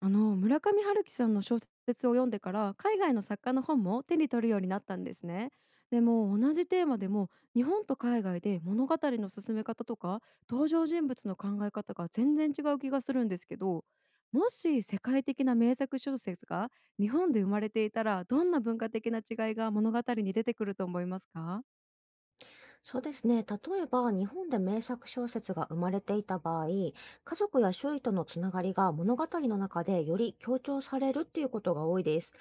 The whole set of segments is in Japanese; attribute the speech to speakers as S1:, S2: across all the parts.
S1: あの村上春樹さんの小説を読んでから海外の作家の本も手に取るようになったんですね。でも同じテーマでも日本と海外で物語の進め方とか登場人物の考え方が全然違う気がするんですけど、もし世界的な名作小説が日本で生まれていたらどんな文化的な違いが物語に出てくると思いますか？
S2: そうですね。例えば、日本で名作小説が生まれていた場合、家族や周囲とのつながりが物語の中でより強調されるっていうことが多いです。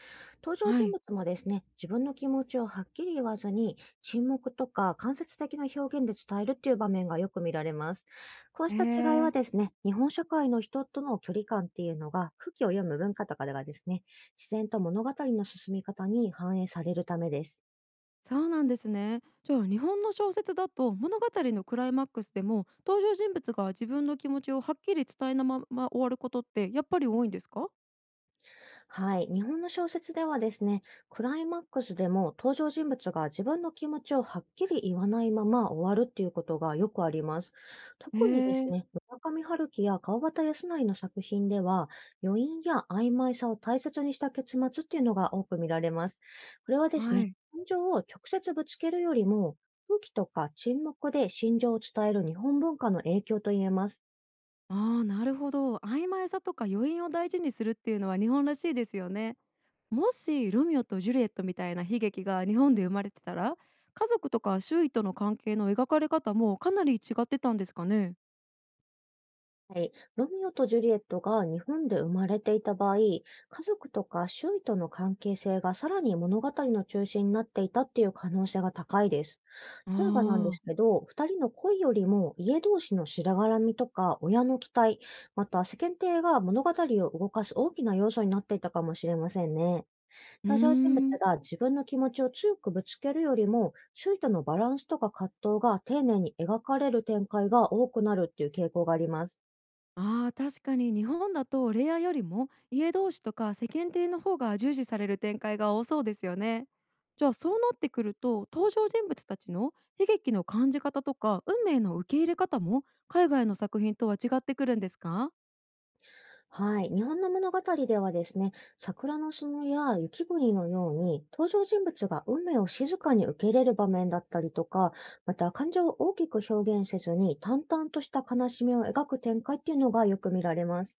S2: 登場
S1: は
S2: 人
S1: い。
S2: 物もですね、自分の気持ちをはっきり言わずに、沈黙とか間接的な表現で伝えるっていう場面がよく見られます。こう
S1: え
S2: した違いは
S1: ー
S2: ですね、日本社会の人との距離感っていうのが、空気を読む文化とかではですね、自然と物語の進み方に反映されるためです。
S1: そうなんですね。じゃあ日本の小説だと物語のクライマックスでも登場人物が自分の気持ちをはっきり伝えなまま終わることってやっぱり多いんですか？
S2: はい。日本の小説ではですね、クライマックスでも登場人物が自分の気持ちをはっきり言わないまま終わるっていうことがよくあります。
S1: へ
S2: 特にです
S1: え。
S2: ね、村上春樹や川端康成の作品では、余韻や曖昧さを大切にした結末っていうのが多く見られます。これはですね、
S1: はい。
S2: 感情を直接ぶつけるよりも、空気とか沈黙で心情を伝える日本文化の影響と言えます。
S1: ああ、なるほど。曖昧さとか余韻を大事にするっていうのは日本らしいですよね。もしロミオとジュリエットみたいな悲劇が日本で生まれてたら家族とか周囲との関係の描かれ方もかなり違ってたんですかね？
S2: はい、ロミオとジュリエットが日本で生まれていた場合、家族とか周囲との関係性がさらに物語の中心になっていたっていう可能性が高いです。
S1: ああ
S2: 例えばなんで
S1: ー。
S2: すけど、二人の恋よりも家同士のしらがらみとか親の期待、また世間体が物語を動かす大きな要素になっていたかもしれませんね。
S1: うー
S2: 登場人物
S1: ん。
S2: が自分の気持ちを強くぶつけるよりも、周囲とのバランスとか葛藤が丁寧に描かれる展開が多くなるっていう傾向があります。
S1: ああ、確かに日本だと恋愛よりも家同士とか世間体の方が重視される展開が多そうですよね。じゃあそうなってくると登場人物たちの悲劇の感じ方とか運命の受け入れ方も海外の作品とは違ってくるんですか？
S2: はい。日本の物語ではですね、桜の園や雪国のように、登場人物が運命を静かに受け入れる場面だったりとか、また感情を大きく表現せずに、淡々とした悲しみを描く展開っていうのがよく見られます。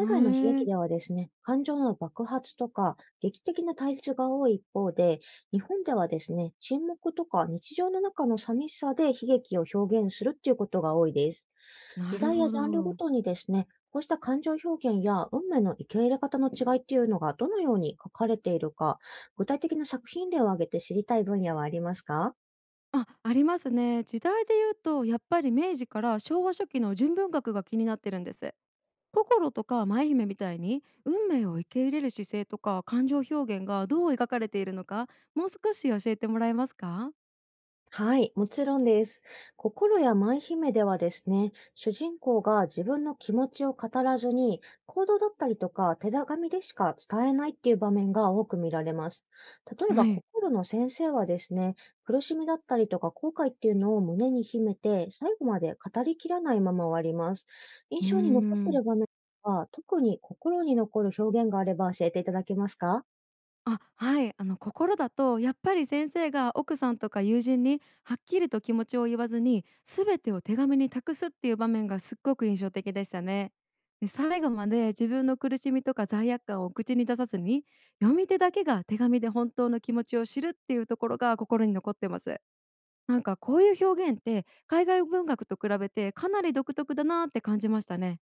S1: へ
S2: 外の悲劇
S1: え。
S2: ではですね、感情の爆発とか、劇的な対立が多い一方で、日本ではですね、沈黙とか日常の中の寂しさで悲劇を表現するっていうことが多いです。
S1: な
S2: 時
S1: る
S2: 代や
S1: ほ
S2: ジャンルご
S1: ど。
S2: とにですね、こうした感情表現や運命の受け入れ方の違いっていうのがどのように書かれているか、具体的な作品例を挙げて知りたい分野はありますか？
S1: あ、ありますね。時代で言うとやっぱり明治から昭和初期の純文学が気になってるんです。心とか舞姫みたいに運命を受け入れる姿勢とか感情表現がどう描かれているのか、もう少し教えてもらえますか？
S2: はい、もちろんです。心や舞姫ではですね、主人公が自分の気持ちを語らずに、行動だったりとか手紙でしか伝えないっていう場面が多く見られます。例え
S1: は
S2: ば、
S1: い。
S2: 心の先生はですね、苦しみだったりとか後悔っていうのを胸に秘めて、最後まで語りきらないまま終わります。印
S1: うー
S2: 象に残って
S1: ん。
S2: る場面は、特に心に残る表現があれば教えていただけますか？
S1: あ、はい。あの、心だとやっぱり先生が奥さんとか友人にはっきりと気持ちを言わずに全てを手紙に託すっていう場面がすっごく印象的でしたね。で、最後まで自分の苦しみとか罪悪感を口に出さずに読み手だけが手紙で本当の気持ちを知るっていうところが心に残ってます。なんかこういう表現って海外文学と比べてかなり独特だなって感じましたね。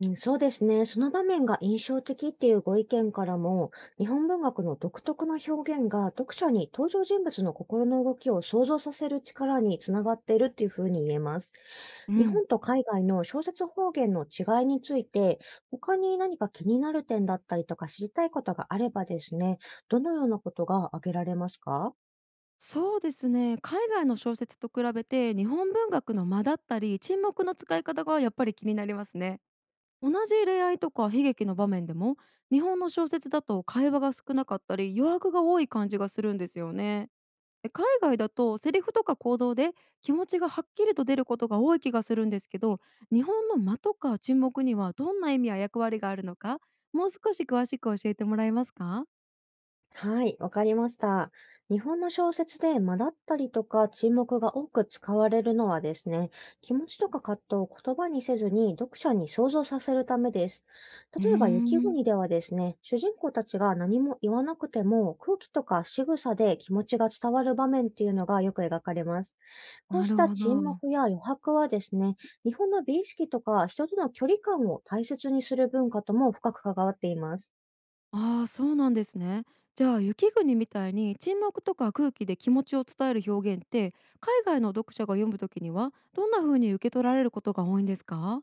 S2: うん、そうですね。その場面が印象的っていうご意見からも、日本文学の独特の表現が読者に登場人物の心の動きを想像させる力につながっているっていうふうに言えます。
S1: う
S2: 日
S1: ん、
S2: 本と海外の小説方言の違いについて、他に何か気になる点だったりとか知りたいことがあればですね、どのようなことが挙げられますか？
S1: そうですね。海外の小説と比べて日本文学の間だったり沈黙の使い方がやっぱり気になりますね。同じ恋愛とか悲劇の場面でも日本の小説だと会話が少なかったり余白が多い感じがするんですよね。で、海外だとセリフとか行動で気持ちがはっきりと出ることが多い気がするんですけど、日本の間とか沈黙にはどんな意味や役割があるのか、もう少し詳しく教えてもらえますか？
S2: はい、わかりました。日本の小説で間だったりとか沈黙が多く使われるのはですね、気持ちとか葛藤を言葉にせずに読者に想像させるためです。
S1: うー
S2: 例えば雪
S1: ん、
S2: 国ではですね、主人公たちが何も言わなくても空気とか仕草で気持ちが伝わる場面っていうのがよく描かれます。こう
S1: な
S2: し
S1: る
S2: た
S1: ほ
S2: 沈
S1: ど。
S2: 黙や余白はですね、日本の美意識とか人との距離感を大切にする文化とも深く関わっています。
S1: ああ、そうなんですね。じゃあ雪国みたいに沈黙とか空気で気持ちを伝える表現って、海外の読者が読むときにはどんな風に受け取られることが多いんですか？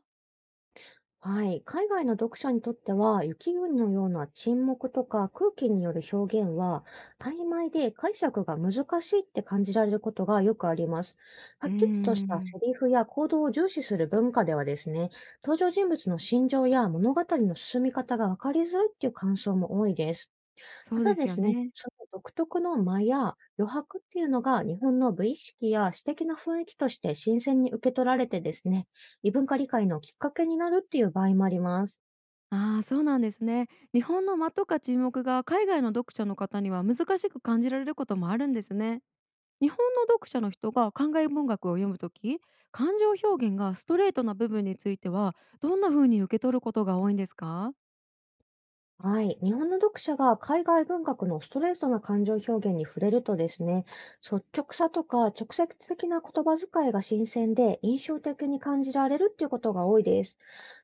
S2: はい。海外の読者にとっては、雪国のような沈黙とか空気による表現は、曖昧で解釈が難しいって感じられることがよくあります。は
S1: う
S2: っ
S1: ー
S2: きりとした
S1: ん、
S2: セリフや行動を重視する文化ではですね、登場人物の心情や物語の進み方がわかりづらいっていう感想も多いです。
S1: そ
S2: た
S1: う
S2: だ
S1: で
S2: で
S1: すよ
S2: すね、
S1: ね。
S2: その独特の間や余白っていうのが日本の美意識や詩的な雰囲気として新鮮に受け取られてですね、異文化理解のきっかけになるっていう場合もあります。
S1: ああ、そうなんですね。日本の間とか沈黙が海外の読者の方には難しく感じられることもあるんですね。日本の読者の人が考え文学を読むとき、感情表現がストレートな部分についてはどんな風に受け取ることが多いんですか？
S2: はい。日本の読者が海外文学のストレートな感情表現に触れるとですね、率直さとか直接的な言葉遣いが新鮮で印象的に感じられるっていうことが多いです。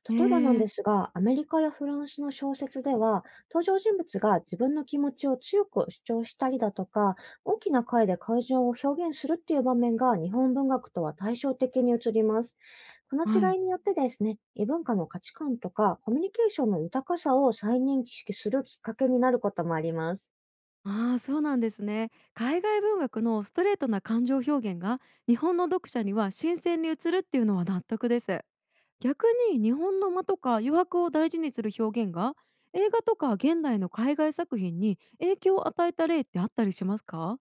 S1: え
S2: 例えばなん
S1: え
S2: で
S1: ー。
S2: すが、アメリカやフランスの小説では、登場人物が自分の気持ちを強く主張したりだとか、大きな声で感情を表現するっていう場面が日本文学とは対照的に映ります。この
S1: は
S2: 違
S1: い。
S2: いによってですね、異文化の価値観とかコミュニケーションの豊かさを再認識するきっかけになることもあります。
S1: ああ、そうなんですね。海外文学のストレートな感情表現が日本の読者には新鮮に映るっていうのは納得です。逆に日本の間とか余白を大事にする表現が映画とか現代の海外作品に影響を与えた例ってあったりしますか？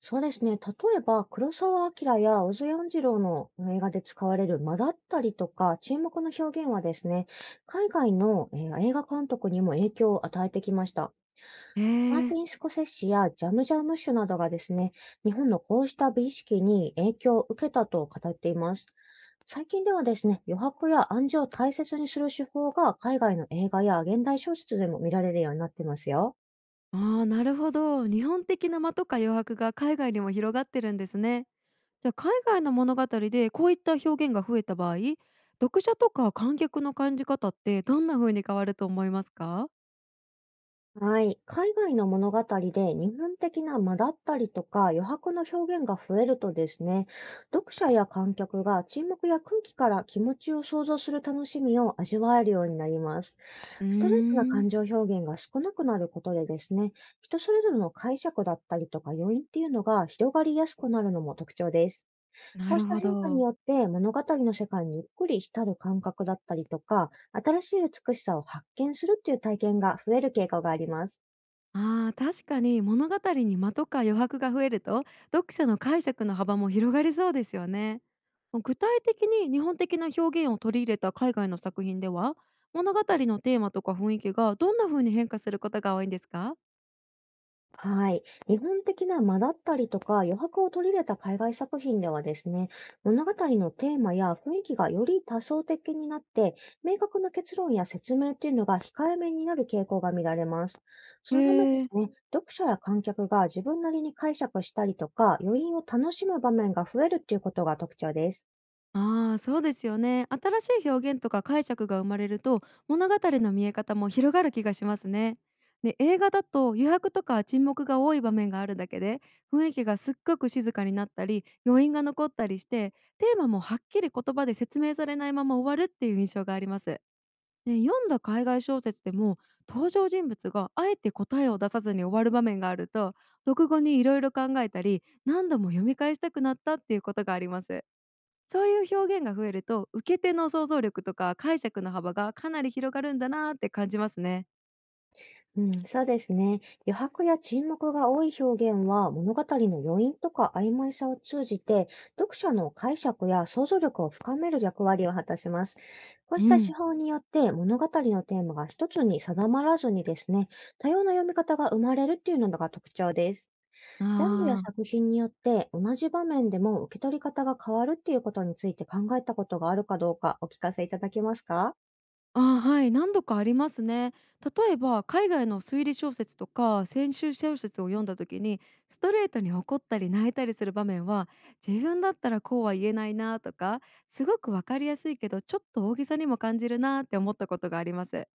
S2: そうですね、例えば黒澤明や小津安二郎の映画で使われる間だったりとか沈黙の表現はですね、海外の、映画監督にも影響を与えてきました。
S1: へえ
S2: マーテ
S1: ー。
S2: ィン・スコセッシやジャム・ジャームッシュなどがですね、日本のこうした美意識に影響を受けたと語っています。最近ではですね、余白や暗示を大切にする手法が海外の映画や現代小説でも見られるようになってますよ。
S1: ああ、なるほど。日本的な間とか余白が海外にも広がってるんですね。じゃあ海外の物語でこういった表現が増えた場合、読者とか観客の感じ方ってどんな風に変わると思いますか？
S2: はい。海外の物語で日本的な間だったりとか余白の表現が増えるとですね、読者や観客が沈黙や空気から気持ちを想像する楽しみを味わえるようになります。
S1: うー
S2: ストレートな
S1: ん。
S2: 感情表現が少なくなることでですね、人それぞれの解釈だったりとか要因っていうのが広がりやすくなるのも特徴です。
S1: な
S2: こう
S1: る
S2: した
S1: ほ
S2: 変化に
S1: ど。
S2: よって物語の世界にゆっくり浸る感覚だったりとか、新しい美しさを発見するっていう体験が増える傾向があります。
S1: あー、確かに物語に間とか余白が増えると読者の解釈の幅も広がりそうですよね。具体的に日本的な表現を取り入れた海外の作品では物語のテーマとか雰囲気がどんな風に変化することが多いんですか？
S2: はい。日本的な間だったりとか余白を取り入れた海外作品ではですね、物語のテーマや雰囲気がより多層的になって、明確な結論や説明っていうのが控えめになる傾向が見られます。そ
S1: へ
S2: のためです
S1: ー。
S2: ね、読者や観客が自分なりに解釈したりとか、余韻を楽しむ場面が増えるっていうことが特徴です。
S1: ああ、そうですよね。新しい表現とか解釈が生まれると物語の見え方も広がる気がしますね。で、映画だと余白とか沈黙が多い場面があるだけで雰囲気がすっごく静かになったり余韻が残ったりしてテーマもはっきり言葉で説明されないまま終わるっていう印象があります。ね、読んだ海外小説でも登場人物があえて答えを出さずに終わる場面があると読後にいろいろ考えたり何度も読み返したくなったっていうことがあります。そういう表現が増えると、受け手の想像力とか解釈の幅がかなり広がるんだなーって感じますね。
S2: うん、そうですね。余白や沈黙が多い表現は物語の余韻とか曖昧さを通じて読者の解釈や想像力を深める役割を果たします。こうし
S1: う
S2: た手
S1: ん。
S2: 法によって物語のテーマが一つに定まらずにですね、多様な読み方が生まれるっていうのが特徴です。
S1: あ
S2: ジャンルや
S1: ー。
S2: 作品によって同じ場面でも受け取り方が変わるっていうことについて考えたことがあるかどうかお聞かせいただけますか？
S1: あー、はい、何度かありますね。例えば海外の推理小説とか先週小説を読んだ時にストレートに怒ったり泣いたりする場面は自分だったらこうは言えないなとか、すごくわかりやすいけどちょっと大げさにも感じるなって思ったことがあります。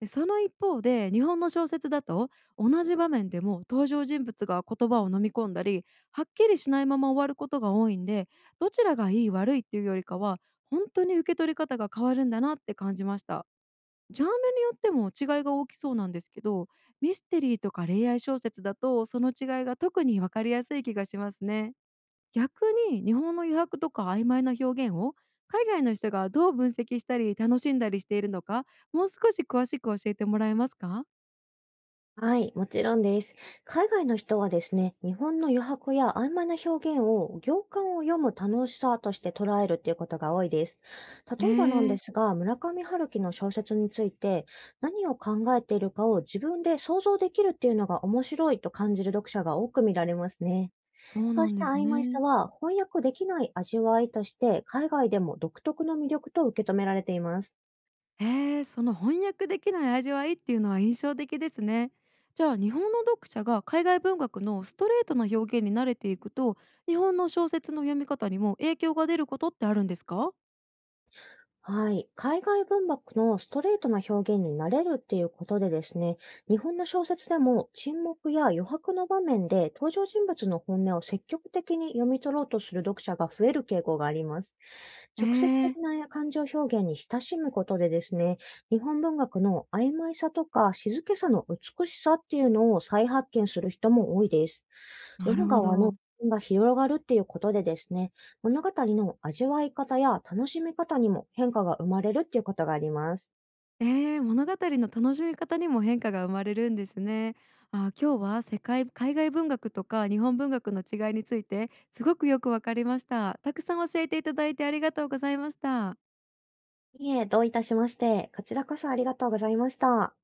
S1: で、その一方で日本の小説だと同じ場面でも登場人物が言葉を飲み込んだりはっきりしないまま終わることが多いんで、どちらがいい悪いっていうよりかは本当に受け取り方が変わるんだなって感じました。ジャンルによっても違いが大きそうなんですけど、ミステリーとか恋愛小説だとその違いが特に分かりやすい気がしますね。逆に日本の余白とか曖昧な表現を海外の人がどう分析したり楽しんだりしているのか、もう少し詳しく教えてもらえますか？
S2: はい、もちろんです。海外の人はですね、日本の余白や曖昧な表現を行間を読む楽しさとして捉えるっていうことが多いです。例
S1: え
S2: えばなんで
S1: ー、
S2: すが、村上春樹の小説について何を考えているかを自分で想像できるっていうのが面白いと感じる読者が多く見られますね。
S1: そう
S2: こう
S1: なん
S2: し
S1: で
S2: た
S1: す
S2: 曖昧
S1: ね。
S2: さは翻訳できない味わいとして海外でも独特の魅力と受け止められています。
S1: その翻訳できない味わいっていうのは印象的ですね。じゃあ日本の読者が海外文学のストレートな表現に慣れていくと日本の小説の読み方にも影響が出ることってあるんですか？
S2: はい。海外文学のストレートな表現に慣れるっていうことでですね、日本の小説でも沈黙や余白の場面で登場人物の本音を積極的に読み取ろうとする読者が増える傾向があります。
S1: え
S2: 直接
S1: え。
S2: 的な感情表現に親しむことでですね、日本文学の曖昧さとか静けさの美しさっていうのを再発見する人も多いです。読
S1: なる
S2: む
S1: ほ
S2: 側の
S1: ど。
S2: 視点が広がるっていうことでですね、物語の味わい方や楽しみ方にも変化が生まれるっていうことがあります。
S1: 物語の楽しみ方にも変化が生まれるんですね。ああ、今日は世界海外文学とか日本文学の違いについてすごくよくわかりました。たくさん教えていただいてありがとうございました。
S2: いえ、どういたしまして、こちらこそありがとうございました。